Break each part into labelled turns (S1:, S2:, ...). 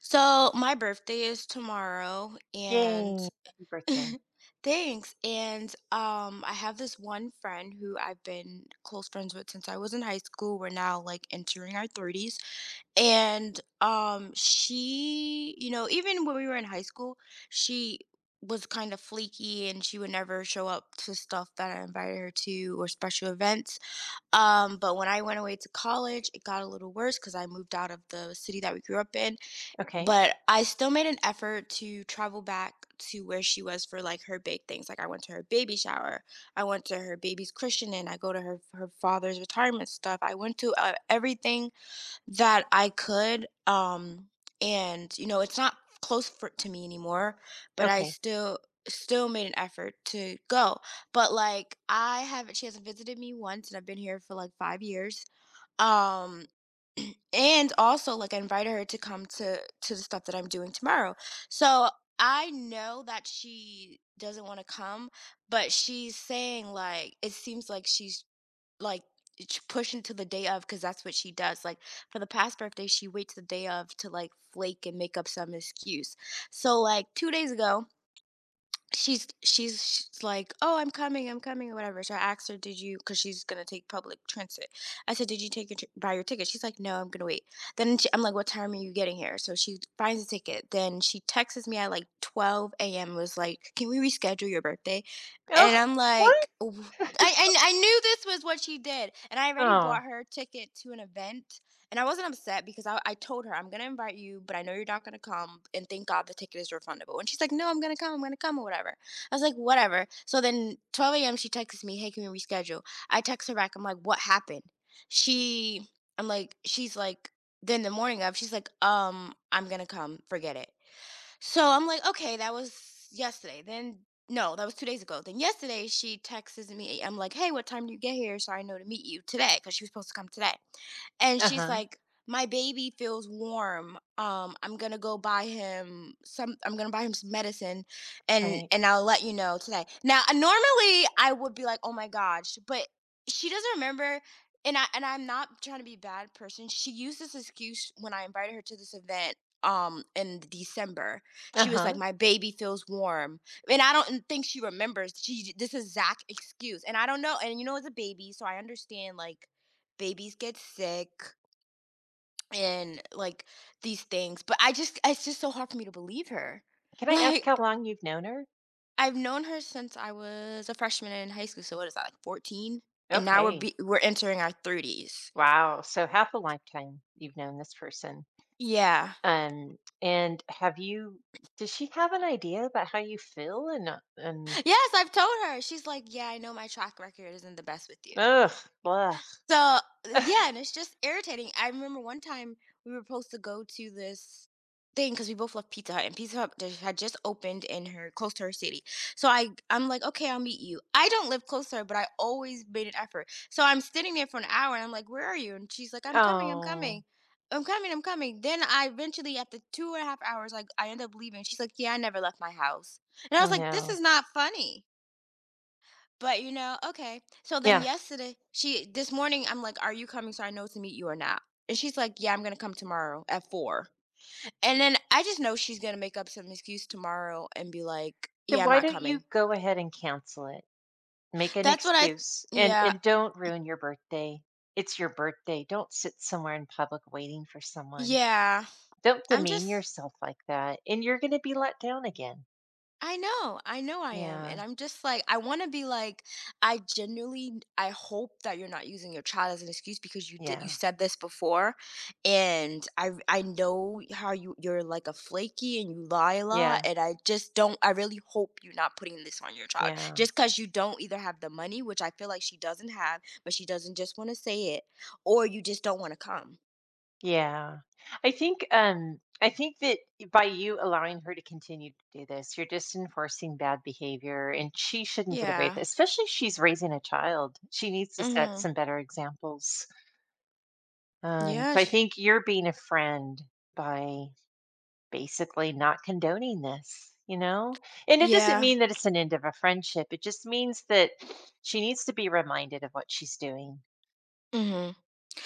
S1: So my birthday is tomorrow and
S2: Yay. Happy birthday.
S1: thanks. And I have this one friend who I've been close friends with since I was in high school. We're now like entering our 30s. And she, even when we were in high school, she was kind of flaky, and she would never show up to stuff that I invited her to or special events. But when I went away to college, it got a little worse because I moved out of the city that we grew up in,
S2: Okay.
S1: but I still made an effort to travel back to where she was for, like, her big things. Like, I went to her baby shower, I went to her baby's christening, I go to her father's retirement stuff, I went to, everything that I could, and, it's not close for to me anymore, but I
S2: Okay.
S1: still made an effort to go. But, like, I haven't she hasn't visited me once, and I've been here for, like, 5 years, um, and also like I invited her to come to the stuff that I'm doing tomorrow. So I know that she doesn't want to come, but she's saying like it seems like she's like it's pushing to the day of because that's what she does. Like for the past birthday, she waits the day of to like flake and make up some excuse. So like 2 days ago, she's she's she's like, oh, I'm coming, I'm coming, or whatever. So I asked her, did you, because she's gonna take public transit, I said, did you take your buy your ticket? She's like, no, I'm gonna wait. I'm like, what time are you getting here? So she finds a ticket, then she texts me at like 12 a.m., was like, can we reschedule your birthday? And
S2: Oh,
S1: I'm
S2: what?
S1: like, "Wh-" I knew this was what she did, and I already
S2: Oh,
S1: bought her a ticket to an event, and I wasn't upset because I told her, I'm going to invite you, but I know you're not going to come. And thank God the ticket is refundable. And she's like, no, I'm going to come. I'm going to come, or whatever. I was like, whatever. So then 12 a.m., she texts me, hey, can we reschedule? I text her back. I'm like, what happened? She, she's like, then the morning of, she's like, I'm going to come. Forget it. So I'm like, okay, that was yesterday. Then no, that was 2 days ago. Then yesterday she texts me. I'm like, hey, what time do you get here? So I know to meet you today, because she was supposed to come today. And she's
S2: uh-huh.
S1: like, my baby feels warm. I'm gonna go buy him some. I'm gonna buy him some medicine,
S2: Right.
S1: and I'll let you know today. Now, normally I would be like, oh my gosh, but she doesn't remember. And I'm not trying to be a bad person. She used this excuse when I invited her to this event in December. She was like,
S2: Uh-huh.
S1: "My baby feels warm," and I don't think she remembers. She this exact excuse, and I don't know. And it's a baby, so I understand, like, babies get sick and like these things. But I just it's just so hard for me to believe her.
S2: Can I ask how
S1: Like
S2: long you've known her?
S1: I've known her since I was a freshman in high school. So what is that, like, 14? And now
S2: Okay.
S1: we're entering our 30s.
S2: Wow. So half a lifetime you've known this person.
S1: Yeah.
S2: And have you does she have an idea about how you feel and
S1: Yes, I've told her. She's like, "Yeah, I know my track record isn't the best with you."
S2: ugh, blah.
S1: So, yeah, and it's just irritating. I remember one time we were supposed to go to this thing because we both love Pizza Hut, and Pizza Hut had just opened in her close to her city. So I'm like, okay, I'll meet you. I don't live close to her, but I always made an effort. So I'm standing there for an hour, and I'm like, where are you? And she's like, I'm coming, I'm
S2: Oh,
S1: coming. I'm coming, I'm coming. Then I eventually, after two and a half hours, like, I end up leaving. She's like, "Yeah, I never left my house," and I
S2: oh
S1: was like, "This
S2: no.
S1: is not funny." But, okay. So then
S2: Yeah.
S1: yesterday, she this morning, I'm like, "Are you coming so I know to meet you or not?" And she's like, "Yeah, I'm gonna come tomorrow at 4." And then I just know she's gonna make up some excuse tomorrow and be like,
S2: Then
S1: "Yeah, I'm
S2: why
S1: not
S2: don't you
S1: coming."
S2: go ahead and cancel it? Make an
S1: That's what I
S2: excuse and
S1: Yeah.
S2: and don't ruin your birthday. It's your birthday. Don't sit somewhere in public waiting for someone.
S1: Yeah.
S2: Don't
S1: I'm
S2: demean
S1: just
S2: yourself like that, and you're gonna be let down again.
S1: I know, I am,
S2: Yeah,
S1: and I'm just like, I want to be like I genuinely I hope that you're not using your child as an excuse, because you
S2: yeah,
S1: said this before, and I know how you're like a flaky, and you lie a lot,
S2: yeah,
S1: and I just don't I really hope you're not putting this on your child
S2: yeah,
S1: just because you don't either have the money, which I feel like she doesn't have, but she doesn't just want to say it, or you just don't want to come.
S2: yeah. I think that by you allowing her to continue to do this, you're just enforcing bad behavior, and she shouldn't get away with it,
S1: Yeah.
S2: especially if she's raising a child. She needs to set
S1: Mm-hmm.
S2: some better examples. Um,
S1: Yeah.
S2: so I think you're being a friend by basically not condoning this, you know? And it doesn't
S1: Yeah.
S2: mean that it's an end of a friendship. It just means that she needs to be reminded of what she's doing.
S1: Mhm.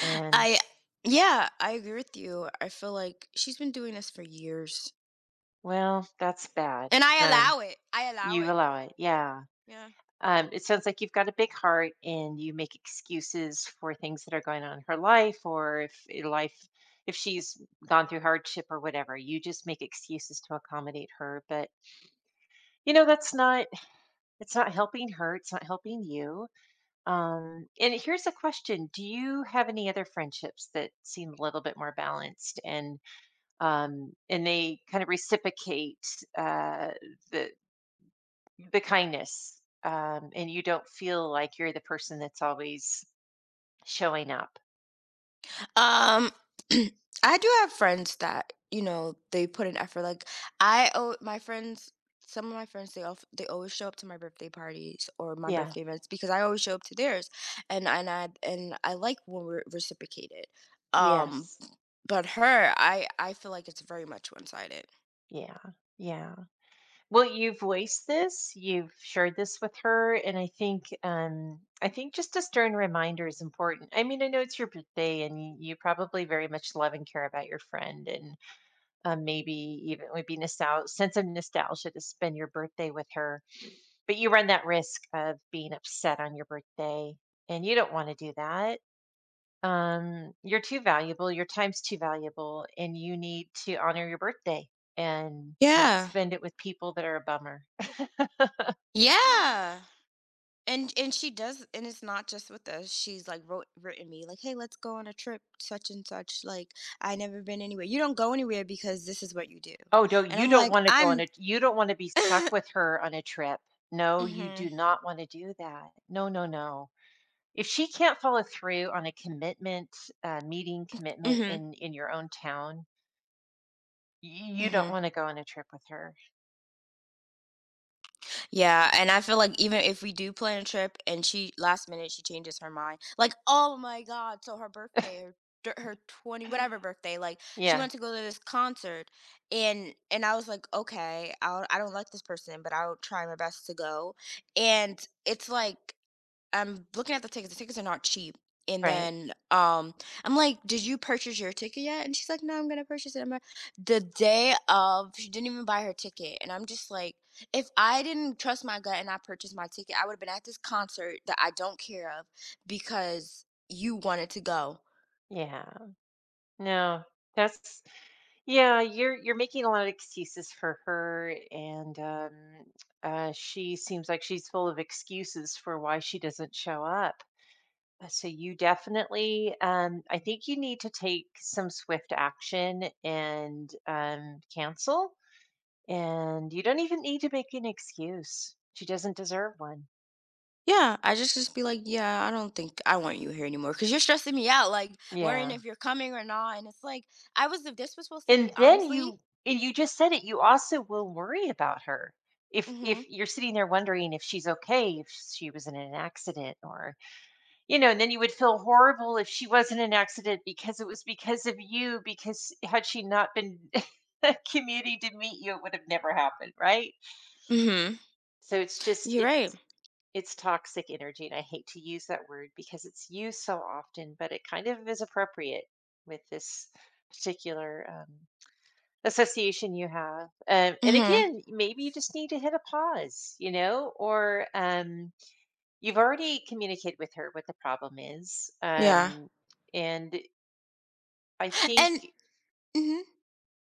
S2: And
S1: I Yeah, I agree with you. I feel like she's been doing this for years,
S2: well, that's bad.
S1: and I
S2: And
S1: allow it. I allow
S2: you
S1: it.
S2: allow it. Yeah.
S1: Yeah.
S2: It sounds like you've got a big heart and you make excuses for things that are going on in her life or if I- life if she's gone through hardship or whatever. You just make excuses to accommodate her. But you know, that's not it's not helping her, it's not helping you. And here's a question. Do you have any other friendships that seem a little bit more balanced and they kind of reciprocate uh the the kindness, and you don't feel like you're the person that's always showing up.
S1: Um, I do have friends that they put in effort. Like I, owe my friends, some of my friends, they always show up to my birthday parties or my
S2: Yeah.
S1: birthday events, because I always show up to theirs, and I like when we're reciprocated. Um,
S2: Yes.
S1: but her, I feel like it's very much one sided.
S2: Yeah. Yeah. Well, you've voiced this, you've shared this with her, and I think just a stern reminder is important. I mean, I know it's your birthday and you probably very much love and care about your friend and maybe even would be nostalgia, sense of nostalgia to spend your birthday with her. But you run that risk of being upset on your birthday and you don't want to do that. You're too valuable, your time's too valuable, and you need to honor your birthday and not
S1: Yeah.
S2: spend it with people that are a bummer.
S1: Yeah. And she does, and it's not just with us. She's like wrote written me like, "Hey, let's go on a trip such and such." Like, "I never been anywhere. You don't go anywhere because this is what you do."
S2: Oh, no,
S1: And I'm like, "I'm"
S2: you don't wanna be stuck with her on a trip. No, you do
S1: Mhm.
S2: not wanna do that. No, no, no. If she can't follow through on a commitment, meeting commitment
S1: Mhm.
S2: in your own town, y you don't
S1: Mhm.
S2: wanna go on a trip with her.
S1: Yeah, and I feel like even if we do plan a trip and she last minute she changes her mind, like, oh my God, so her birthday, her her 20 whatever birthday, like she
S2: Yeah,
S1: wanted to go to this concert, and I was like, okay, I don't like this person, but I'll try my best to go, and it's like, I'm looking at the tickets are not cheap. And
S2: right.
S1: then I'm like, did you purchase your ticket yet? And she's like, no, I'm gonna purchase it. I'm like, the day of she didn't even buy her ticket, and I'm just like, if I didn't trust my gut and I purchased my ticket, I would have been at this concert that I don't care of because you wanted to go.
S2: Yeah. No, that's yeah, you're making a lot of excuses for her, and, she seems like she's full of excuses for why she doesn't show up. So you definitely, I think you need to take some swift action and cancel. And you don't even need to make an excuse. She doesn't deserve one.
S1: Yeah, I just be like, yeah, I don't think I want you here anymore because you're stressing me out, like, worrying
S2: Yeah.
S1: if you're coming or not. And it's like, I was if this was supposed to
S2: And
S1: be,
S2: then
S1: honestly.
S2: you, and you just said it. You also will worry about her if
S1: Mm-hmm.
S2: you're sitting there wondering if she's okay, if she was in an accident or you know, and then you would feel horrible if she wasn't an accident because it was because of you, because had she not been commuting to meet you, it would have never happened, right?
S1: Mm-hmm.
S2: So it's just
S1: You're right.
S2: it's toxic energy, and I hate to use that word because it's used so often, but it kind of is appropriate with this particular association you have. And
S1: Mm-hmm.
S2: again, maybe you just need to hit a pause, you know, or you've already communicated with her what the problem is,
S1: Yeah.
S2: and I think
S1: And mhm.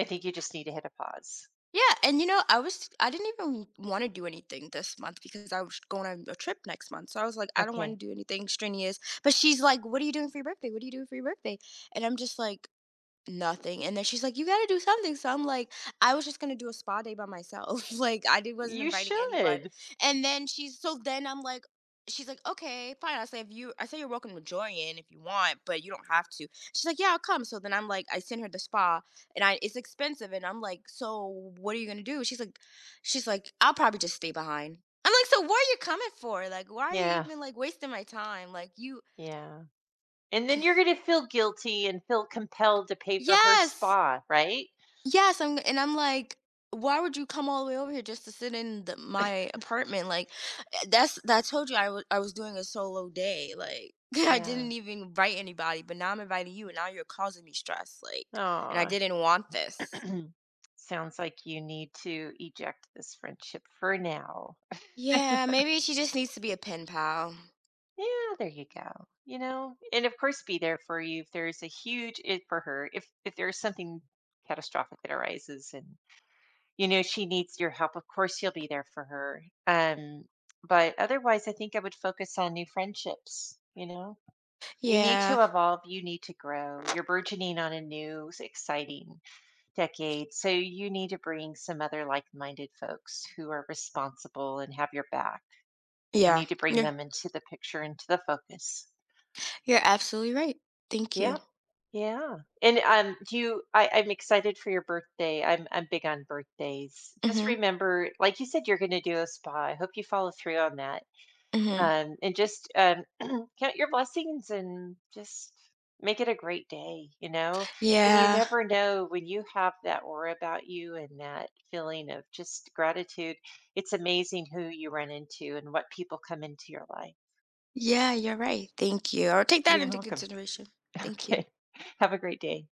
S2: I think you just need to hit a pause.
S1: Yeah, and I didn't even want to do anything this month because I was going on a trip next month. So I was like, I don't want to
S2: Okay.
S1: do anything strenuous. But she's like, what are you doing for your birthday? What are you doing for your birthday? And I'm just like, nothing. And then she's like, "You gotta do something." So I'm like, "I was just gonna do a spa day by myself." Like I did wasn't
S2: You
S1: inviting anyone,
S2: should.
S1: and then she's so then I'm like, she's like, "Okay, fine." I say, "If you," I say, "You're welcome to join if you want, but you don't have to." She's like, "Yeah, I'll come." So then I'm like, I send her the spa, and I it's expensive, and I'm like, "So what are you gonna do?" "She's like, I'll probably just stay behind." I'm like, "So what are you coming for? Like, why are you
S2: Yeah,
S1: even, like, wasting my time? Like, you."
S2: yeah. And then you're gonna feel guilty and feel compelled to pay for her
S1: Yes,
S2: spa, right?
S1: Yes, I'm and I'm like, "Why would you come all the way over here just to sit in the my apartment?" Like, that I told you I was doing a solo day. Like, I
S2: Yeah.
S1: didn't even invite anybody, but now I'm inviting you, and now you're causing me stress, like, and I
S2: Oh,
S1: didn't want this.
S2: sounds like you need to eject this friendship for now.
S1: Yeah, maybe she just needs to be a pen pal.
S2: Yeah, there you go. You know, and of course, be there for you if there's a huge it for her. If there's something catastrophic that arises, and you know she needs your help, of course you'll be there for her. But otherwise, I think I would focus on new friendships. You know, you need
S1: Yeah,
S2: to evolve. You need to grow. You're burgeoning on a new, exciting decade, so you need to bring some other like-minded folks who are responsible and have your back. You
S1: yeah,
S2: need to bring
S1: you're
S2: them into the picture, into the focus.
S1: you're absolutely right. Thank you.
S2: Yeah. Yeah. And do you I'm excited for your birthday. I'm big on birthdays. Just
S1: Mhm,
S2: remember, like you said, you're gonna do a spa. I hope you follow through on that.
S1: mhm.
S2: And just count your blessings and just make it a great day, you know? And you
S1: Yeah,
S2: never know when you have that aura about you and that feeling of just gratitude. It's amazing who you run into and what people come into your life.
S1: yeah, you're right, thank you. I'll take that
S2: You're
S1: into
S2: welcome.
S1: consideration. Thank you,
S2: Okay. Have a great day.